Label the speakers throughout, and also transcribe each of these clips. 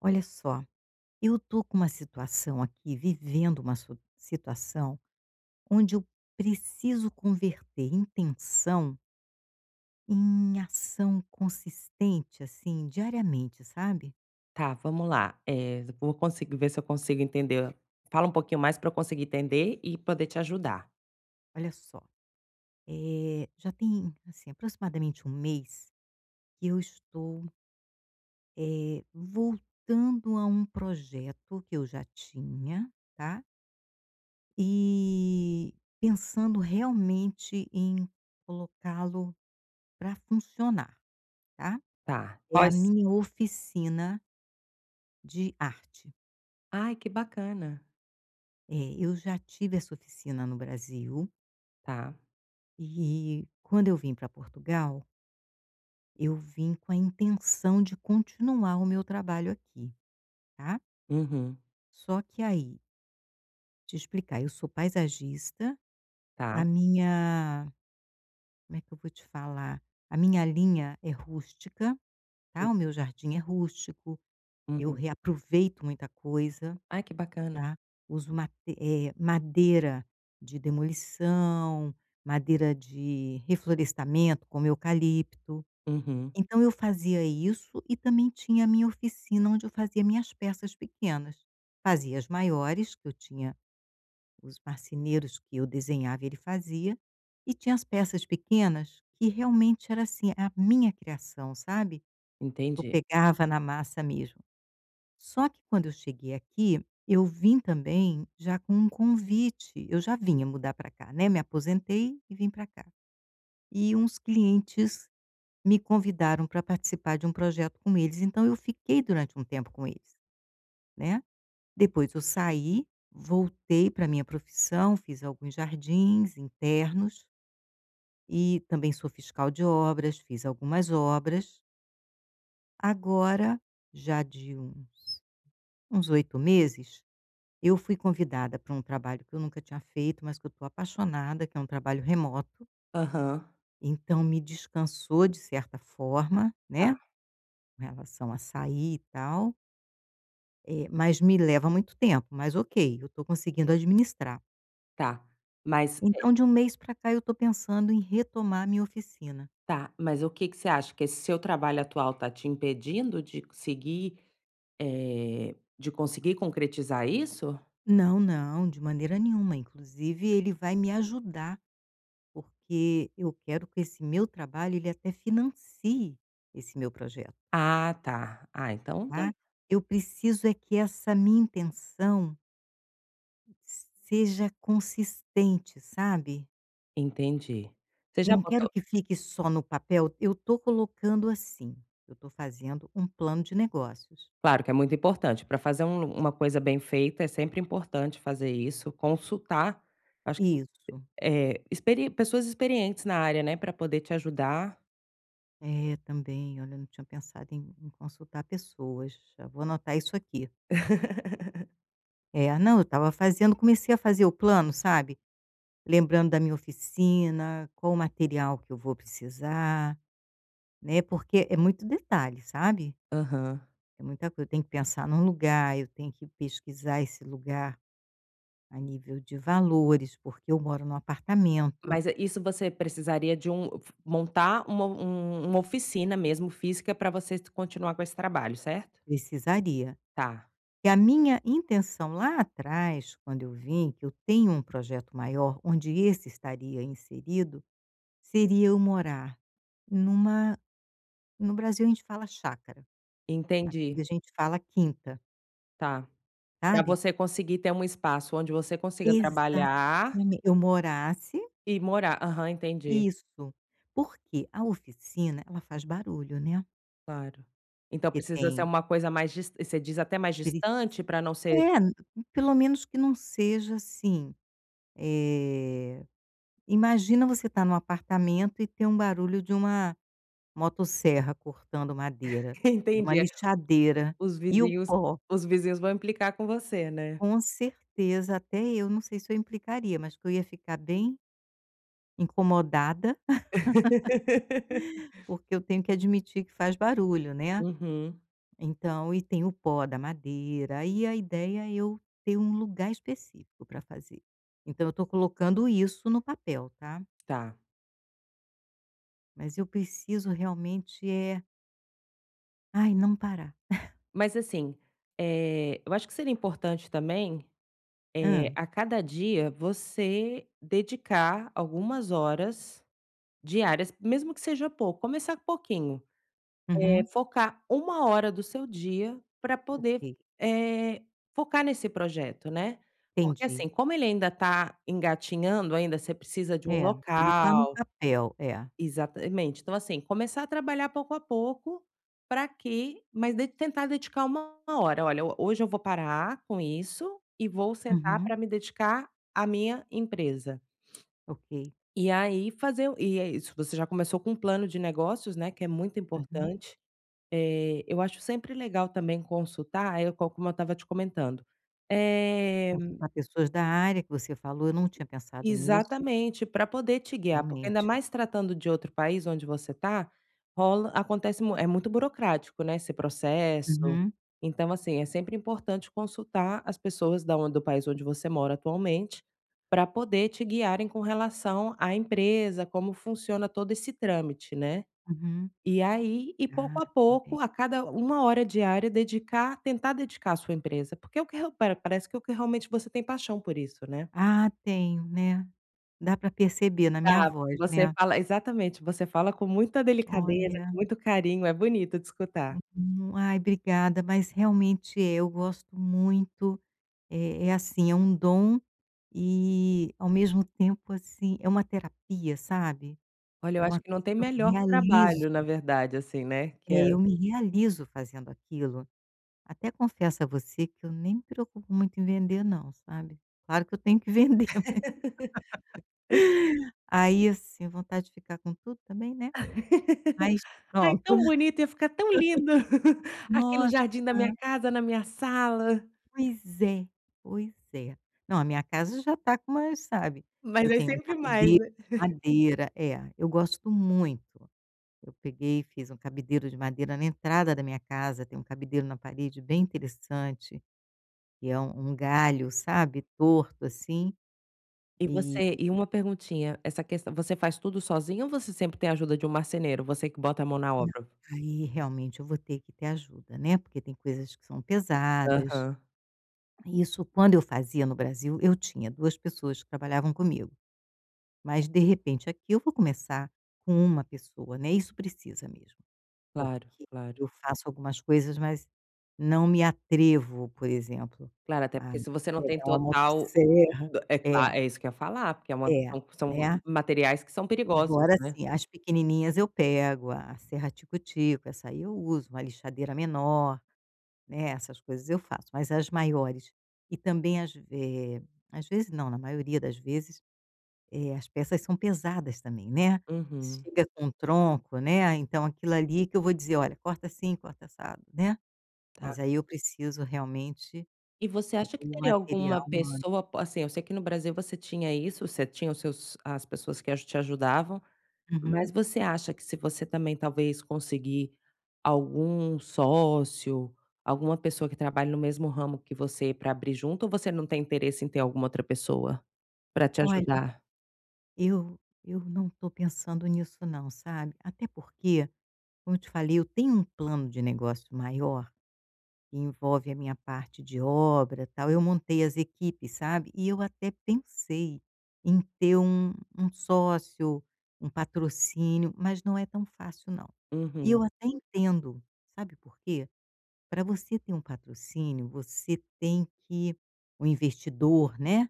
Speaker 1: Olha só, eu tô com uma situação aqui, vivendo uma situação onde eu preciso converter intenção em ação consistente, assim, diariamente, sabe?
Speaker 2: Tá, vamos lá. Vou conseguir ver se eu consigo entender. Fala um pouquinho mais para eu conseguir entender e poder te ajudar.
Speaker 1: Olha só, já tem, assim, aproximadamente um mês que eu estou voltando a um projeto que eu já tinha, tá? E pensando realmente em colocá-lo para funcionar, tá?
Speaker 2: Tá.
Speaker 1: É a
Speaker 2: Quais...
Speaker 1: minha oficina de arte.
Speaker 2: Ai, que bacana.
Speaker 1: É, eu já tive essa oficina no Brasil
Speaker 2: Tá.
Speaker 1: e quando eu vim para Portugal, eu vim com a intenção de continuar o meu trabalho aqui, tá.
Speaker 2: Uhum.
Speaker 1: Só que aí, te explicar, eu sou paisagista,
Speaker 2: Tá.
Speaker 1: a minha como é que eu vou te falar? A minha linha é rústica, tá, o meu jardim é rústico, eu
Speaker 2: Uhum.
Speaker 1: reaproveito muita coisa.
Speaker 2: Ai, que bacana.
Speaker 1: Tá? Uso mate madeira de demolição, madeira de reflorestamento, como eucalipto.
Speaker 2: Uhum.
Speaker 1: Então eu fazia isso e também tinha a minha oficina onde eu fazia minhas peças pequenas. Fazia as maiores, que eu tinha os marceneiros que eu desenhava, ele fazia, e tinha as peças pequenas que realmente era, assim, a minha criação, sabe? Eu
Speaker 2: Entendi.
Speaker 1: pegava na massa mesmo. Só que quando eu cheguei aqui, eu vim também já com um convite, eu já vinha mudar para cá, né, me aposentei e vim para cá. E uns clientes me convidaram para participar de um projeto com eles, então eu fiquei durante um tempo com eles, né. Depois eu saí, voltei para minha profissão, fiz alguns jardins internos e também sou fiscal de obras, fiz algumas obras. Agora, já de uns 8 meses eu fui convidada para um trabalho que eu nunca tinha feito, mas que eu estou apaixonada, que é um trabalho remoto,
Speaker 2: Aham.
Speaker 1: então me descansou de certa forma,
Speaker 2: Tá,
Speaker 1: né, com relação a sair e tal, mas me leva muito tempo, mas ok, eu estou conseguindo administrar.
Speaker 2: tá. Mas,
Speaker 1: Então de um mês para cá eu estou pensando em retomar a minha oficina.
Speaker 2: tá, mas o que que você acha? Que esse seu trabalho atual tá te impedindo de seguir, de conseguir concretizar isso?
Speaker 1: Não, não, de maneira nenhuma, inclusive ele vai me ajudar, porque eu quero que esse meu trabalho ele até financie esse meu projeto.
Speaker 2: Ah, tá. Ah, então tá.
Speaker 1: Tá? Eu preciso é que essa minha intenção seja consistente, sabe?
Speaker 2: Entendi. Você já
Speaker 1: Não quero
Speaker 2: botou...
Speaker 1: que fique só no papel. Eu estou colocando assim, eu estou fazendo um plano de negócios.
Speaker 2: Claro que é muito importante. Para fazer uma coisa bem feita é sempre importante fazer isso, consultar, acho que
Speaker 1: Isso.
Speaker 2: eh, experi pessoas experientes na área, né, para poder te ajudar.
Speaker 1: É, também, olha, eu não tinha pensado em, em consultar pessoas. Já vou anotar isso aqui. É, não, eu estava fazendo, comecei a fazer o plano, sabe? Lembrando da minha oficina, qual o material que eu vou precisar, né? Porque é muito detalhe, sabe?
Speaker 2: Aham.
Speaker 1: É muita coisa, eu tenho que pensar num lugar, eu tenho que pesquisar esse lugar a nível de valores, porque eu moro num apartamento,
Speaker 2: Isso você precisaria de montar uma oficina mesmo física para você continuar com esse trabalho, certo?
Speaker 1: precisaria.
Speaker 2: Tá,
Speaker 1: E a minha intenção lá atrás, quando eu vim, que eu tenho um projeto maior, onde esse estaria inserido, seria eu morar numa no Brasil a gente fala chácara, aqui
Speaker 2: entendi,
Speaker 1: a gente fala quinta,
Speaker 2: tá. Para
Speaker 1: sabe.
Speaker 2: você conseguir ter um espaço onde você consiga trabalhar
Speaker 1: Exatamente, eu morasse
Speaker 2: e morar. Aham, entendi.
Speaker 1: isso, porque a oficina ela faz barulho, né,
Speaker 2: Claro. Então
Speaker 1: que
Speaker 2: precisa ser
Speaker 1: tem
Speaker 2: uma coisa mais dis você diz até mais
Speaker 1: Preci
Speaker 2: distante pra não ser...
Speaker 1: é, pelo menos que não seja assim, eh, imagina você estar num apartamento e ter um barulho de uma motosserra cortando madeira, de uma
Speaker 2: entendi. É,
Speaker 1: lixadeira,
Speaker 2: os
Speaker 1: e o
Speaker 2: vizinhos,
Speaker 1: pó.
Speaker 2: os vizinhos vão implicar com você, né.
Speaker 1: Com certeza, até eu não sei se eu implicaria, mas que eu ia ficar bem incomodada, porque eu tenho que admitir que faz barulho, né.
Speaker 2: Uhum,
Speaker 1: Então e tem o pó da madeira, e a ideia é eu ter um lugar específico para fazer. Então eu estou colocando isso no papel, tá.
Speaker 2: tá.
Speaker 1: Mas eu preciso realmente é ai, não parar.
Speaker 2: Mas assim, eu acho que seria importante também,
Speaker 1: Hã.
Speaker 2: a cada dia você dedicar algumas horas diárias, mesmo que seja pouco, começar pouquinho. É
Speaker 1: Uhum.
Speaker 2: focar uma hora do seu dia para poder,
Speaker 1: Ok,
Speaker 2: eh, focar nesse projeto, né. Porque
Speaker 1: entendi.
Speaker 2: assim, como ele ainda está engatinhando ainda, você precisa de um
Speaker 1: É, ele está no
Speaker 2: local,
Speaker 1: papel. É.
Speaker 2: exatamente. Então assim, começar a trabalhar pouco a pouco, para que, mas de tentar dedicar uma hora. "Olha, ho hoje eu vou parar com isso e vou sentar
Speaker 1: Uhum.
Speaker 2: para me dedicar à minha empresa".
Speaker 1: Ok.
Speaker 2: E aí fazer e é isso, você já começou com um plano de negócios, né, que é muito
Speaker 1: Uhum.
Speaker 2: importante. Eu acho sempre legal também consultar, aí eu como eu estava te comentando. Eh
Speaker 1: Consultar pessoas da área que você falou, eu não tinha pensado nisso,
Speaker 2: exatamente, para poder te guiar, porque ainda
Speaker 1: realmente.
Speaker 2: mais tratando de outro país onde você está, rola acontece mu é muito burocrático, né, esse processo.
Speaker 1: Uhum,
Speaker 2: Então, assim, é sempre importante consultar as pessoas da onde do país onde você mora atualmente, para poder te guiarem com relação à empresa, como funciona todo esse trâmite, né.
Speaker 1: uhum.
Speaker 2: E aí e pouco
Speaker 1: Ah,
Speaker 2: a
Speaker 1: também.
Speaker 2: pouco, a cada uma hora diária, dedicar tentar dedicar a sua empresa, porque é o que real pa parece que é o que realmente você tem paixão por isso, né.
Speaker 1: Ah, tenho, né. Dá para perceber na minha
Speaker 2: Tá, porque
Speaker 1: voz,
Speaker 2: você
Speaker 1: né.
Speaker 2: fala... Exatamente, você fala com muita delicadeza, com
Speaker 1: Olha,
Speaker 2: muito carinho, é bonito de escutar.
Speaker 1: uhum. Ai, obrigada, mas realmente é, eu gosto muito. É assim, é um dom e, ao mesmo tempo, assim, é uma terapia, sabe.
Speaker 2: Olha, eu
Speaker 1: É
Speaker 2: acho
Speaker 1: uma
Speaker 2: que
Speaker 1: coisa
Speaker 2: não tem
Speaker 1: que eu me
Speaker 2: melhor
Speaker 1: realizo.
Speaker 2: trabalho, na verdade, assim, né, que é...
Speaker 1: É, eu me realizo fazendo aquilo. Até confesso a você que eu nem me preocupo muito em vender não, sabe. Claro que eu tenho que vender. Aí, assim, vontade de ficar com tudo também, né, mas
Speaker 2: ai,
Speaker 1: pronto.
Speaker 2: tão bonito, ia ficar tão lindo aqui no
Speaker 1: Nossa.
Speaker 2: jardim da minha casa, na minha sala,
Speaker 1: Pois é, pois é. Não, a minha casa já está com umas sabe,
Speaker 2: mas
Speaker 1: eu
Speaker 2: aí
Speaker 1: tenho um
Speaker 2: sempre mais,
Speaker 1: cabideiro
Speaker 2: né.
Speaker 1: de madeira é, eu gosto muito. Eu peguei e fiz um cabideiro de madeira na entrada da minha casa, tem um cabideiro na parede bem interessante, que é um um galho, sabe, torto assim,
Speaker 2: E
Speaker 1: e
Speaker 2: você, e uma perguntinha, essa questão você faz tudo sozinho ou você sempre tem a ajuda de um marceneiro? Você que bota a mão na
Speaker 1: não,
Speaker 2: obra?
Speaker 1: aí realmente eu vou ter que ter ajuda, né, porque tem coisas que são pesadas.
Speaker 2: Aham.
Speaker 1: Isso quando eu fazia no Brasil, eu tinha 2 pessoas que trabalhavam comigo. Mas, de repente, aqui eu vou começar com uma pessoa, né, isso precisa mesmo,
Speaker 2: Claro,
Speaker 1: porque
Speaker 2: claro.
Speaker 1: eu faço algumas coisas, mas não me atrevo, por exemplo,
Speaker 2: Claro, até
Speaker 1: a
Speaker 2: porque se você não tem
Speaker 1: pegar uma
Speaker 2: total...
Speaker 1: motosserra
Speaker 2: é
Speaker 1: é,
Speaker 2: claro, é isso que eu ia falar, porque é uma,
Speaker 1: é,
Speaker 2: são
Speaker 1: né.
Speaker 2: materiais que são perigosos,
Speaker 1: Embora,
Speaker 2: né.
Speaker 1: assim, as pequenininhas eu pego, a serra tico-tico, essa aí eu uso, uma lixadeira menor, né, essas coisas eu faço, mas as maiores e também às vezes não, na maioria das vezes as peças são pesadas também, né.
Speaker 2: Uhum.
Speaker 1: Chega com um tronco, né, então aquilo ali que eu vou dizer: "Olha, corta assim, corta assado", né.
Speaker 2: Uhum.
Speaker 1: Mas aí eu preciso realmente
Speaker 2: E você acha que
Speaker 1: do
Speaker 2: teria
Speaker 1: material
Speaker 2: alguma
Speaker 1: humano.
Speaker 2: pessoa po assim, eu sei que no Brasil você tinha isso, você tinha os seus as pessoas que aju te ajudavam, mas
Speaker 1: Uhum.
Speaker 2: você acha que se você também talvez conseguir algum sócio, alguma pessoa que trabalhe no mesmo ramo que você para abrir junto, ou você não tem interesse em ter alguma outra pessoa para te
Speaker 1: Olha,
Speaker 2: ajudar?
Speaker 1: eu eu não estou pensando nisso não, sabe. Até porque, como eu te falei, eu tenho um plano de negócio maior que envolve a minha parte de obra, tal. Eu montei as equipes, sabe. E eu até pensei em ter um um sócio, um patrocínio, mas não é tão fácil não. E
Speaker 2: Uhum,
Speaker 1: eu até entendo, sabe por quê? Para você ter um patrocínio, você tem que o investidor, né,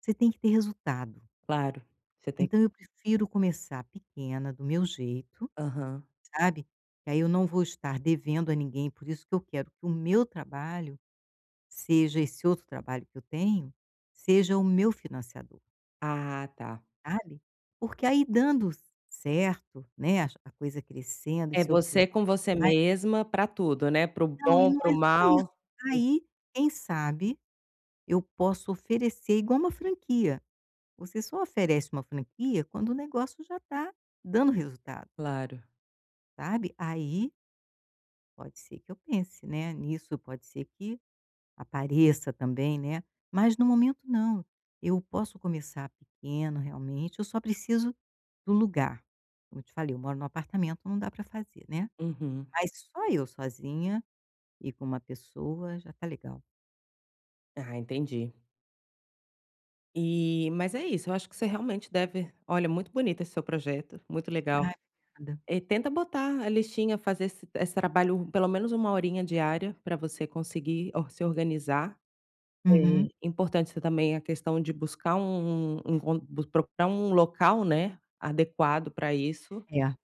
Speaker 1: você tem que ter resultado.
Speaker 2: claro, você tem...
Speaker 1: Então eu prefiro começar pequena, do meu jeito,
Speaker 2: aham.
Speaker 1: sabe, que aí eu não vou estar devendo a ninguém, por isso que eu quero que o meu trabalho seja esse outro trabalho que eu tenho, seja o meu financiador,
Speaker 2: Ah, tá.
Speaker 1: sabe. Porque aí dando certo, né, a coisa crescendo e
Speaker 2: É
Speaker 1: se eu
Speaker 2: você
Speaker 1: precisar
Speaker 2: com você
Speaker 1: de mais
Speaker 2: mesma para tudo, né, para o
Speaker 1: não, e
Speaker 2: bom,
Speaker 1: não
Speaker 2: para
Speaker 1: é
Speaker 2: o
Speaker 1: só isso.
Speaker 2: mal.
Speaker 1: Aí, quem sabe, eu posso oferecer igual uma franquia. Você só oferece uma franquia quando o negócio já está dando resultado,
Speaker 2: Claro.
Speaker 1: sabe. Aí, pode ser que eu pense, né, nisso, pode ser que apareça também, né, mas no momento não. Eu posso começar pequeno, realmente, eu só preciso do lugar. Como eu te falei, eu moro num apartamento, não dá para fazer, né.
Speaker 2: Uhum.
Speaker 1: Mas só eu sozinha e com uma pessoa já tá legal.
Speaker 2: Ah, entendi. E mas é isso, eu acho que você realmente deve... olha, muito bonito esse seu projeto, muito legal. Uhum.
Speaker 1: Ai, obrigada.
Speaker 2: Tenta botar a listinha, fazer esse trabalho um, pelo menos uma horinha diária para você conseguir or se organizar. É
Speaker 1: Uhum.
Speaker 2: importante você também a questão de buscar um con bu procurar um local, né, adequado para isso,
Speaker 1: É,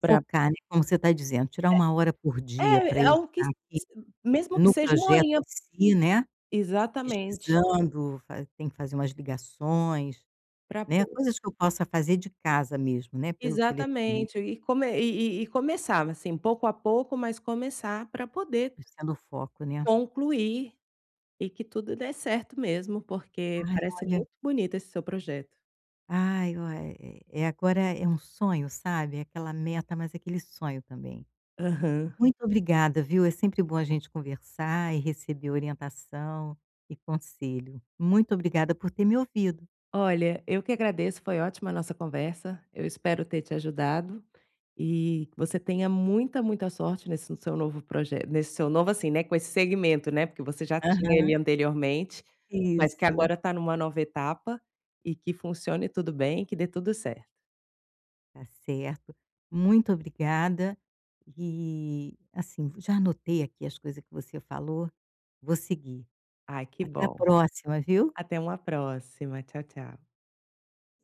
Speaker 2: pra...
Speaker 1: focar, né, como você está dizendo, tirar uma hora por dia para
Speaker 2: é,
Speaker 1: eu
Speaker 2: algo que
Speaker 1: estar
Speaker 2: mesmo que
Speaker 1: no
Speaker 2: seja uma
Speaker 1: projeto
Speaker 2: horinha,
Speaker 1: em si, né,
Speaker 2: exatamente,
Speaker 1: pesquisando, fa tem que fazer umas ligações,
Speaker 2: para...
Speaker 1: né, coisas que eu possa fazer de casa mesmo, né, pelo telefone.
Speaker 2: Exatamente. E começar, assim, pouco a pouco, mas começar para poder
Speaker 1: Sendo o foco, né.
Speaker 2: concluir, e que tudo dê certo mesmo, porque
Speaker 1: Ai,
Speaker 2: parece
Speaker 1: olha
Speaker 2: muito bonito esse seu projeto.
Speaker 1: ai, ó, agora é um sonho, sabe, é aquela meta, mas é aquele sonho também.
Speaker 2: Aham.
Speaker 1: Muito obrigada, viu, é sempre bom a gente conversar e receber orientação e conselho. Muito obrigada por ter me ouvido.
Speaker 2: Olha, eu que agradeço, foi ótima a nossa conversa. Eu espero ter te ajudado e que você tenha muita, muita sorte nesse seu novo projeto, nesse seu novo, assim, né, com esse segmento, né, porque você já tinha ele
Speaker 1: Aham,
Speaker 2: anteriormente, mas que
Speaker 1: isso.
Speaker 2: agora está numa nova etapa e que funcione tudo bem, que dê tudo certo.
Speaker 1: Tá certo. Muito obrigada e, assim, já anotei aqui as coisas que você falou, vou seguir.
Speaker 2: Ai, que
Speaker 1: Até a
Speaker 2: bom.
Speaker 1: próxima, viu.
Speaker 2: Até uma próxima. Tchau, tchau.